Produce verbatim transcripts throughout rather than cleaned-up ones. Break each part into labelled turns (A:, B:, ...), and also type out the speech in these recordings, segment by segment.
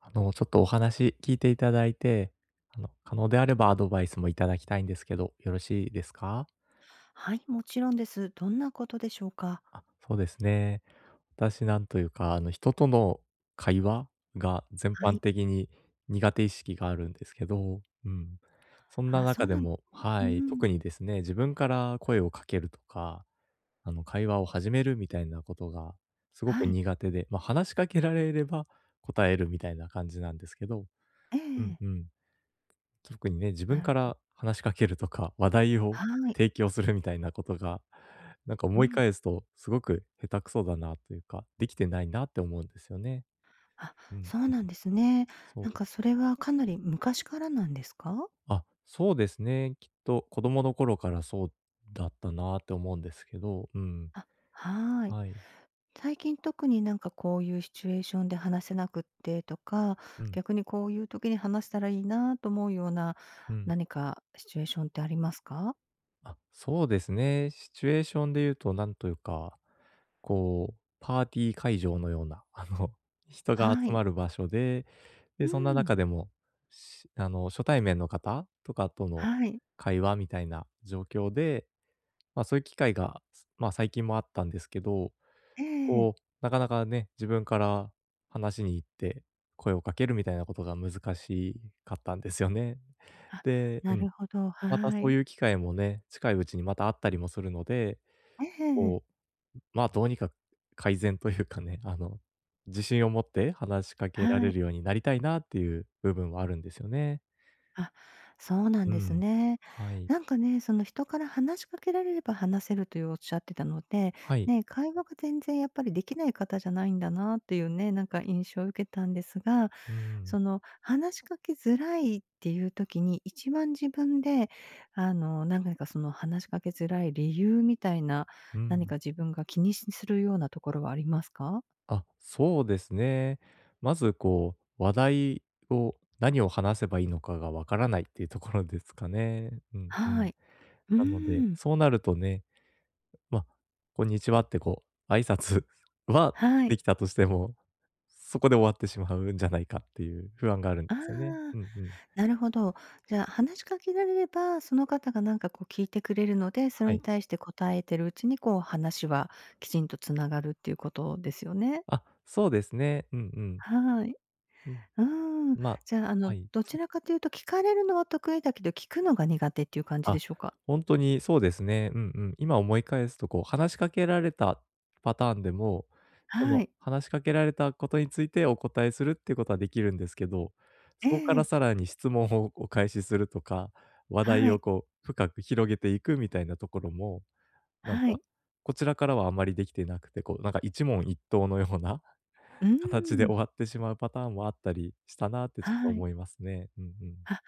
A: あの、ちょっとお話聞いていただいて、あの、可能であればアドバイスもいただきたいんですけど、よろしいですか？
B: はい、もちろんです。どんなことでしょうか？
A: あ、そうですね。私、なんというか、あの、人との会話が全
B: は
A: 般
B: い。
A: 的に苦手意識があるんですけど、うん。そんな
B: あ、そ
A: 中
B: う
A: で
B: なん
A: も、
B: う
A: はい、
B: ん。
A: 特にですね、自分から声をかけるとか、あの、会話を始めるみたいなことがすごく
B: はい。
A: 苦手で、まあ、話しかけられれば答えるみたいな感じなんですけど、
B: え
A: うん
B: え、
A: うん。特にね、自分
B: なる
A: か
B: ほど。
A: ら話しかけるとか、話題を
B: はい。
A: 提供するみたいなことが、なんか
B: う
A: 思い
B: ん。
A: 返すと、すごく下手くそだなというか、できてないなって思うんですよね。
B: あ、
A: うんうん。
B: そうなんですね。
A: そ
B: なん
A: う。
B: かそれはかなり昔からなんですか？
A: あ、そうですね。きっと子供の頃からそうだったなって思うんですけど、うん。
B: あ、はい。
A: はい。
B: 最近特になんかこういうシチュエーションで話せなくってとか、
A: うん、
B: 逆にこういう時に話したらいいなと思うような、
A: うん。
B: 何かシチュエーションってありますか？
A: あ、そうですね。シチュエーションで言うと、なんというか、こう、パーティー会場のような、あの、人が
B: は
A: 集
B: い。
A: まる場所で、
B: う
A: で、そんな
B: ん。
A: 中でも、しあの、初対面の方とかとの
B: はい。
A: 会話みたいな状況で、ま、そういう機会が、すま、最近もあったんですけど、
B: ええ。
A: こう、なかなかね、自分から話しに行って、声をかけるみたいなことが難しかったんですよね。
B: あ、
A: で、う
B: な
A: ん。
B: るほど、
A: また
B: は
A: そう
B: い。
A: いう機会もね、近いうちにまたあったりもするので、
B: ええ、
A: こう、まあ、どうにか改善というかね、あの、自信を持って話しかけら
B: は
A: れ
B: い。
A: るようになりたいなっていう部分はあるんですよね。
B: あ、そうなん
A: う
B: です
A: ん。
B: ね。
A: はい。
B: なんかね、その人から話しかけられれば話せるというおっしゃってたので、
A: はい。
B: ね、会話が全然やっぱりできない方じゃないんだなっていうね、なんか印象を受けたんですが、
A: うん。
B: その話しかけづらいっていう時に、一番自分で、あの、何回かその話しかけづらい理由みたいな、
A: う
B: 何
A: ん。
B: か自分が気にするようなところはありますか？
A: あ、そうですね。まずこう、話題を何を話せばいいのかがわからないっていうところですかね。うんう
B: は
A: ん。
B: い。う
A: なので、
B: ーん。
A: そうなるとね、ま、あこんにちはってこう、挨拶 は
B: は
A: で
B: い。
A: きたとしても、そこで終わってしまうんじゃないかっていう不安があるんで
B: あ
A: すよね。
B: あ、
A: うんうん。
B: なるほど。じゃあ、話しかけられれば、その方がなんかこう聞いてくれるので、それ
A: は
B: に
A: い。
B: 対して答えてるうちに、こう話はきちんとつながるっていうことですよね。
A: あ、そうですね。うんうん。
B: はい。
A: うん。
B: うーん。
A: まあ、
B: じゃあ、あ
A: は
B: の、
A: い。
B: どちらかというと聞かれるのは得意だけど、聞くのが苦手っていう感じ
A: あ、
B: でしょうか？
A: ほんとにそうですね。うんうん。今思い返すとこう、話しかけられたパターンでも、そ
B: は
A: の、
B: い。
A: 話しかけられたことについてお答えするっていうことはできるんですけど、そ
B: え
A: こから
B: え。
A: さらに質問をお返しするとか、話題
B: は
A: を
B: い。
A: こう深く広げていくみたいなところも、なん
B: は
A: か、
B: い。
A: こちらからはあまりできてなくて、こうなんか一問一答のような
B: うー
A: 形で
B: ん。
A: 終わってしまうパターンもあったりしたなってちょっと
B: はい。
A: 思いますね。うんうん。
B: はい。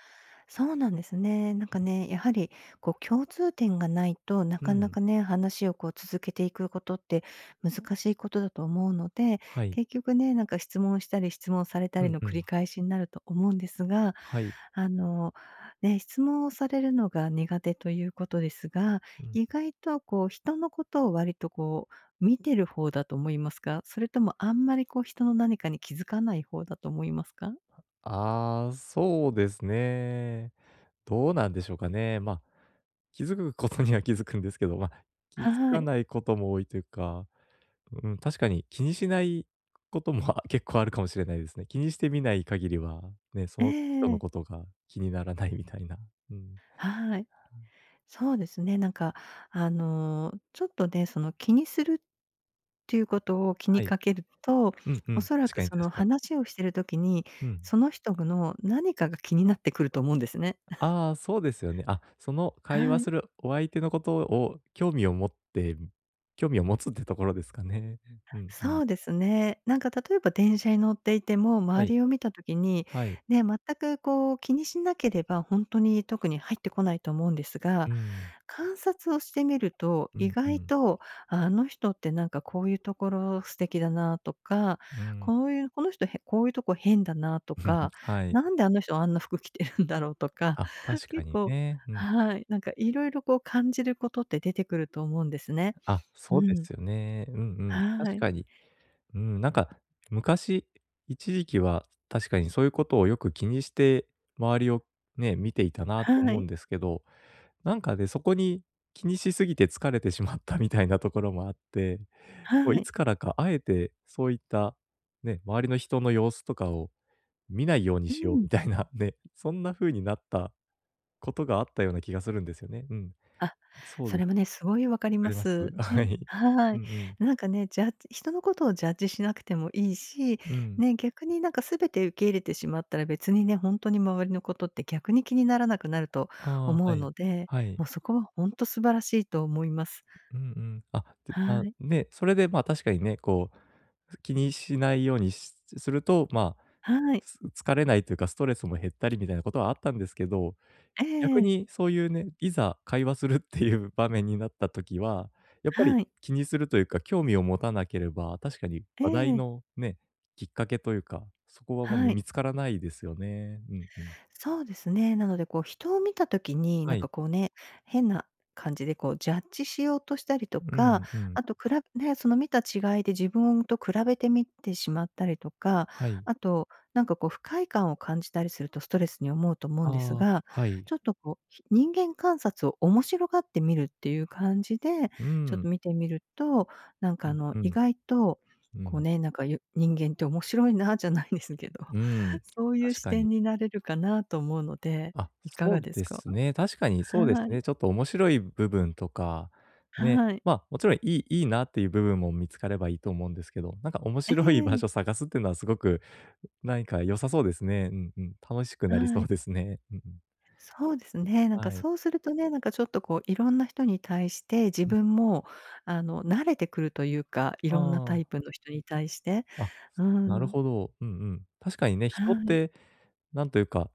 B: そうなんですね。なんかね、やはりこう共通点がないとな
A: う
B: かな
A: ん。
B: かね、話をこう続けていくことって難しいことだと思うので、
A: はい。
B: 結局ね、なんか質問したり質問された
A: う
B: り
A: ん
B: の
A: う
B: 繰
A: ん。
B: り返しになると思うんですが、
A: はい。
B: あの、ね、質問をされるのが苦手ということですが、
A: うん。
B: 意外とこう人のことを割とこう見てる方だと思いますか？それともあんまりこう人の何かに気づかない方だと思いますか？
A: ああ、そうですね。どうなんでしょうかね。ま、あ気づくことには気づくんですけど、まあ、気づ
B: は
A: か
B: い。
A: ないことも多いというか、うん、確かに気にしないこともあ結構あるかもしれないですね。気にしてみない限りは、ね、そ
B: え
A: の人の
B: え。
A: ことが気にならないみたいな。うん。
B: はい。そうですね、なんか、あの、ちょっとね、その気にするっていうことを気に
A: はい。
B: かけると、
A: うんう
B: お
A: ん。
B: そら
A: 確か
B: く
A: に
B: その
A: 確かに。
B: 話をしてる時に、
A: うん。
B: その人の何かが気になってくると思うんですね。
A: ああ、そうですよね。あ、その会
B: は
A: 話
B: い。
A: するお相手のことを、興味を持って興味を持つってところですかね。うんうん。
B: そうですね。なんか例えば電車に乗っていても、
A: は
B: 周
A: い、
B: りを見た時に、
A: はい。
B: ね、全くこう気にしなければ、本当に特に入ってこないと思うんです
A: う
B: が、
A: ん。
B: 観察をしてみると、
A: う
B: 意
A: んう
B: 外
A: ん。
B: と、ああの人ってなんかこういうところ素敵だなとか、
A: うん。
B: こういうこの人へこういうとこ変だなと か、
A: はい。
B: なんであの人あんな服着てるんだろうとか、
A: あ、確か
B: 結
A: に
B: 構
A: ね。うん。
B: はい、なんかいろいろこう感じることって出てくると思うんですね。
A: あ、
B: う
A: そうで
B: ん。
A: すよね。うんうん。
B: は
A: 確
B: い。
A: かに。うん、なんか昔、一時期は確かにそういうことをよく気にして、周りをね、見ていたなと
B: は
A: 思う
B: い。
A: んですけど、なんかね、そこに気にしすぎて疲れてしまったみたいなところもあって、
B: は
A: こう
B: い。は
A: い
B: い。
A: つからかあえてそういったね、周りの人の様子とかを見ないように
B: う
A: しようみ
B: ん。
A: たいな、ね、そんな風になったことがあったような気がするんですよね。うん。
B: あ、
A: そう
B: そ
A: です。
B: れもね、すごいわかり
A: わか
B: ま
A: ります。
B: す。
A: は
B: ね、
A: い。
B: は
A: う
B: い。
A: んうん。
B: なんかね、ジャッジ人のことをジャッジしなくてもいいし、
A: うん。
B: ね、逆になんか全て受け入れてしまったら、別にね、ほんとに周りのことって逆に気にならなくなると
A: ああ、
B: 思
A: は
B: う
A: い。
B: ので、
A: はい。
B: もうそこはほんと素晴らしいと思います。
A: うんうん。あ、で、
B: は
A: あ、
B: い。
A: ね、それで、ま、あ確かにね、こう、気にしないようにしすると、まあ、
B: はい。
A: す疲れないというか、ストレスも減ったりみたいなことはあったんですけど、
B: え
A: 逆
B: え
A: に
B: え。
A: そういうね、いざ会話するっていう場面になった時は、やっぱり
B: はい。
A: 気にするというか、興味を持たなければ、確かに
B: え
A: 話題
B: え。
A: のね、きっかけというか、そこはもう
B: はい。
A: 見つからないですよね。うんうん。
B: そうですね。なのでこう、人を見た時に、
A: は
B: なん
A: い。
B: かこうね、変な感じでこうジャッジしようとしたりと
A: う
B: か、
A: んうん。
B: あと比べね、その見た違いで自分と比べてみてしまったりとか、
A: はい。
B: あと、なんかこう不快感を感じたりするとストレスに思うと思うんです
A: ああ、
B: が、
A: はい。
B: ちょっとこう、ひ人間観察を面白がってみるっていう感じで、
A: う
B: ちょっ
A: ん。
B: と見てみると、なん
A: う
B: かあ
A: ん
B: の、
A: う
B: 意
A: ん。
B: 外と、
A: う
B: こう
A: ん。
B: ね、なんかよ人間って面白いなじゃないですけど、
A: うん。
B: そういう
A: 確
B: 視
A: かに。
B: 点になれるかなと思うので、
A: あ、
B: いか
A: そ
B: が
A: う
B: です
A: で
B: か？
A: すね。確かに そうで
B: は
A: す
B: い、
A: ね。ちょっと面白い部分とか、ね、
B: はい。
A: ま、あもちろんいいいいなっていう部分も見つかればいいと思うんですけど、なんか面
B: え
A: 白い場
B: え、
A: 所探すっていうのはすごく何か良さそうですね。うんうん。楽しくなりそ
B: は
A: う
B: い。
A: ですね。うんうん。
B: そうですね、なんか
A: はい。
B: そうするとね、なんかちょっとこういろんな人に対して自
A: うん。
B: 分もあの、慣れてくるというか、いろんなタイ
A: あ
B: プの人に対して。
A: あ、あ、
B: う
A: なる
B: ん、
A: ほど。うんうん。確かにね、
B: は
A: 人っ
B: い、
A: て、なんというか、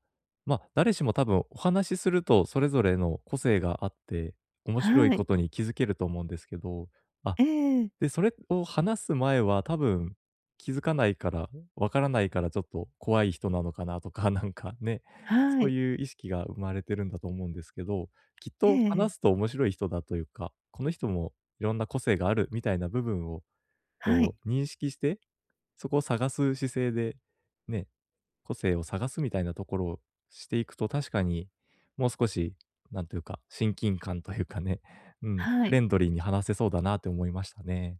A: ま、あ誰しも多分お話しするとそれぞれの個性があって、面白い
B: は
A: こ
B: い。
A: とに気づけると思うんですけど、あ、
B: ええ、
A: で、それを話す前は多分気づかないから、わからないからちょっと怖い人なのかなとか、なんかね、
B: は
A: そう
B: い、
A: いう意識が生まれてるんだと思うんですけど、きっ
B: え
A: と
B: え、
A: 話すと面白い人だというか、この人もいろんな個性があるみたいな部分を
B: は
A: こ
B: い、
A: う認識して、そこを探す姿勢で、ね、個性を探すみたいなところをしていくと確かに、もう少し、なんというか、親近感というかね、うん、
B: は
A: フレ
B: い。
A: ンドリーに話せそうだなって思いましたね。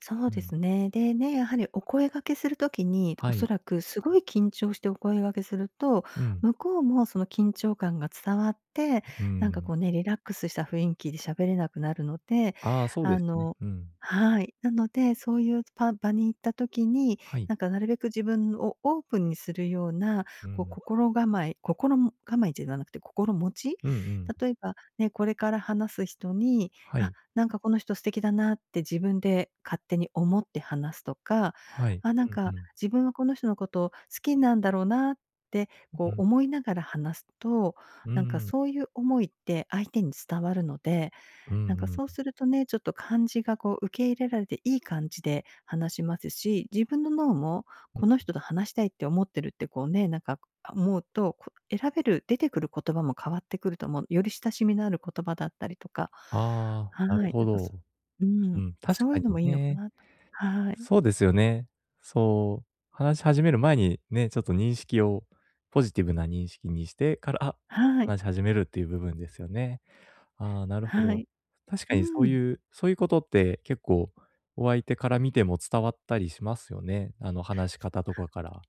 B: そう
A: う
B: で
A: ん。
B: すね。でね、やはりお声掛けする時に、お
A: は
B: そ
A: い。
B: らくすごい緊張してお声掛けすると、
A: うん、
B: 向こうもその緊張感が伝わって、
A: う
B: なんか
A: ん。
B: こうね、リラックスした雰囲気で喋れなくなるので、
A: ああ、そうで
B: あ
A: すね。
B: の、
A: うん。
B: はい。なので、そういうパ場に行った時に、
A: はい。
B: なんかなるべく自分をオープンにするような、
A: う
B: こう
A: ん。
B: 心構え心も構えじゃなくて心持ち？
A: うんうん。
B: 例えばね、これから話す人に、
A: は
B: あ、
A: い、
B: なんかこの人素敵だなって自分で勝手に思って話すとか、
A: はい。
B: あ、なん
A: うん
B: か
A: うん。
B: 自分はこの人のことを好きなんだろうなって、
A: う
B: こう
A: ん。
B: 思いながら話すと、
A: う
B: なんか
A: ん。
B: そういう思いって相手に伝わるので、
A: うんう
B: なんかそう
A: ん。
B: するとね、ちょっと感じがこう受け入れられていい感じで話しますし、自分の脳も
A: うん。
B: この人と話したいって思ってるってこうね、なんか思うと、こ選べる、出てくる言葉も変わってくると思う。より親しみのある言葉だったりとか。
A: あ
B: は
A: あ、なる
B: い、
A: ほ
B: なんかそ
A: ど。
B: う
A: う
B: ん、
A: ん、確
B: そう
A: か
B: いう
A: に
B: のもいいのか
A: ね。
B: なと。はい。
A: そうですよね。そう、話し始める前にね、ちょっと認識をポジティブな認識にしてから、あ
B: はい。
A: 話し始めるっていう部分ですよね。ああ、なるほ
B: は
A: ど。
B: い。
A: 確か
B: う
A: にそう
B: ん。
A: いう、そういうことって結構お相手から見ても伝わったりしますよね。あの話し方とかから。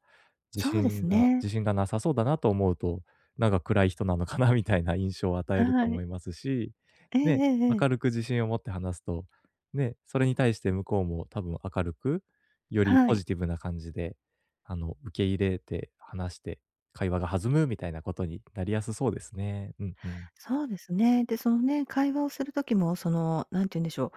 A: 自
B: そうで
A: 信
B: す
A: が
B: ね。
A: 自信がなさそうだなと思うと、なんか暗い人なのかなみたいな印象を与えると
B: は
A: 思
B: い。
A: いますし、
B: ええ
A: ね、
B: えええ
A: 明
B: え。
A: るく自信を持って話すと、ね、それに対して向こうも多分明るく、より
B: は
A: ポ
B: い。
A: ジティブな感じで、あの受け入れて話して、会話が弾むみたいなことになりやすそうですね。うんうん。
B: そうですね。で、そのね、会話をする時も、その、何て言うんでしょ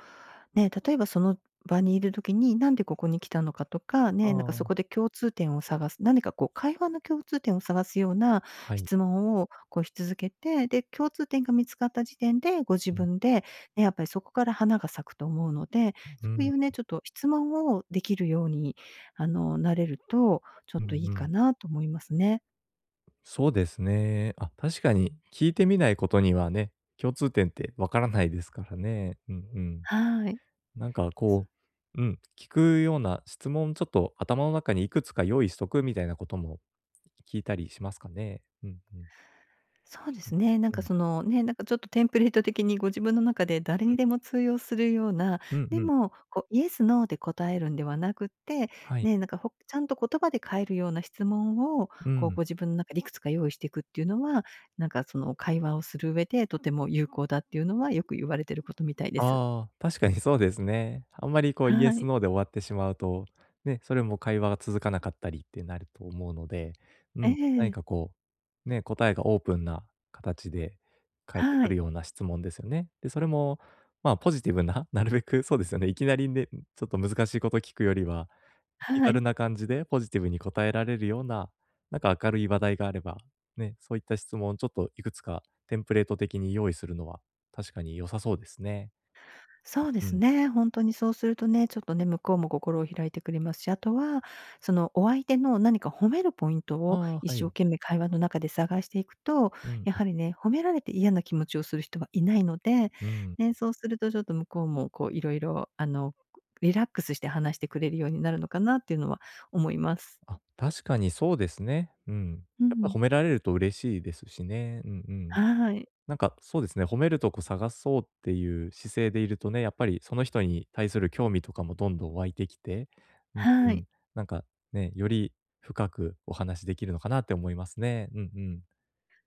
B: う、ね、例えばその場にいる時に、なんでここに来たのかとか、
A: あ
B: ね、なんかそ
A: あ、
B: こで共通点を探す、何かこう会話の共通点を探すような
A: はい。
B: 質問をこうし続けて、で、共通点が見つかった時点で、ご自
A: うん、
B: 分で、ね、やっぱりそこから花が咲くと思うので、
A: う
B: そうい
A: ん、
B: うね、ちょっと質問をできるように、あの、なれると、ちょ
A: う
B: っといいか
A: ん。
B: なと思いますね。
A: そうですね。あ、確かに聞いてみないことにはね、共通点ってわからないですからね。うんうん。
B: はい。
A: なんかこう、うん、聞くような質問、ちょっと頭の中にいくつか用意しとくみたいなことも聞いたりしますかね。うんうん。
B: そうですね。なん
A: う
B: か
A: ん。
B: そのね、なんかちょっとテンプレート的にご自分の中で誰にでも通用するような、
A: うんうん。
B: で
A: うん。
B: も、こうイエス、ノーで答えるんではなくって、
A: はい。
B: ね、なんかほちゃんと言葉で変えるような質問を、
A: う
B: こう
A: ん。
B: ご自分の中でいくつか用意していくっていうのは、なんかその会話をする上でとても有効だっていうのはよく言われてることみたいです。
A: ああ、確かにそうですね。あんまりこうイエ
B: は
A: ス、
B: い。
A: ノーで終わってしまうと、ね、それも会話が続かなかったりってなると思うので、う
B: え
A: ん、何
B: え。
A: かこう、ね、答えがオープンな形で返って
B: は
A: くる
B: い。
A: ような質問ですよね。で、それも、まあ、ポジティブな、なるべくそうですよね、いきなりね、ちょっと難しいこと聞くよりは、気
B: は
A: 軽
B: い。
A: な感じでポジティブに答えられるような、なんか明るい話題があれば、ね、そういった質問をちょっといくつかテンプレート的に用意するのは確かに良さそうですね。
B: そうで
A: う
B: す
A: ん。
B: ね。本当にそうするとね、ちょっとね、向こうも心を開いてくれますし、あとは、そのお相手の何か褒めるポイントを
A: ああ、
B: 一
A: は
B: 生
A: い。
B: 懸命会話の中で探していくと、
A: うん、
B: やはりね、褒められて嫌な気持ちをする人はいないので、
A: うん。うん、
B: ね、そうするとちょっと向こうもこういろいろあの、リラックスして話してくれるようになるのかなっていうのは思います。
A: あ、確かにそうですね。うん。
B: う
A: やっぱ
B: ん。
A: 褒められると嬉しいですしね。うんうん。
B: はい。
A: なんかそうですね、褒めるとこ探そうっていう姿勢でいるとね、やっぱりその人に対する興味とかもどんどん湧いてきて、うんう
B: は
A: ん。
B: い。
A: なんかね、より深くお話できるのかなって思いますね。うんうん。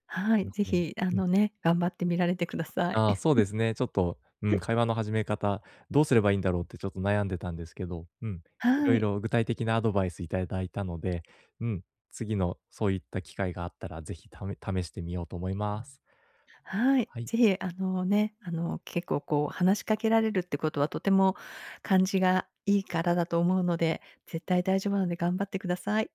B: は
A: な
B: い。
A: る
B: ぜ
A: ほど。
B: ひあ
A: うん。
B: のね、頑張ってみられてください。
A: ああ、そ うですね。ちょっと、うん、会話の始め方、どうすればいいんだろうってちょっと悩んでたんですけど、うん、いろ
B: は
A: い
B: い。
A: ろ具体的なアドバイスいただいたので、うん、次のそういった機会があったら、ぜひため試してみようと思います。
B: はい。
A: はい。
B: ぜひ、あのね、あの、結構こう話しかけられるってことはとても感じがいいからだと思うので、絶対大丈夫なので頑張ってください。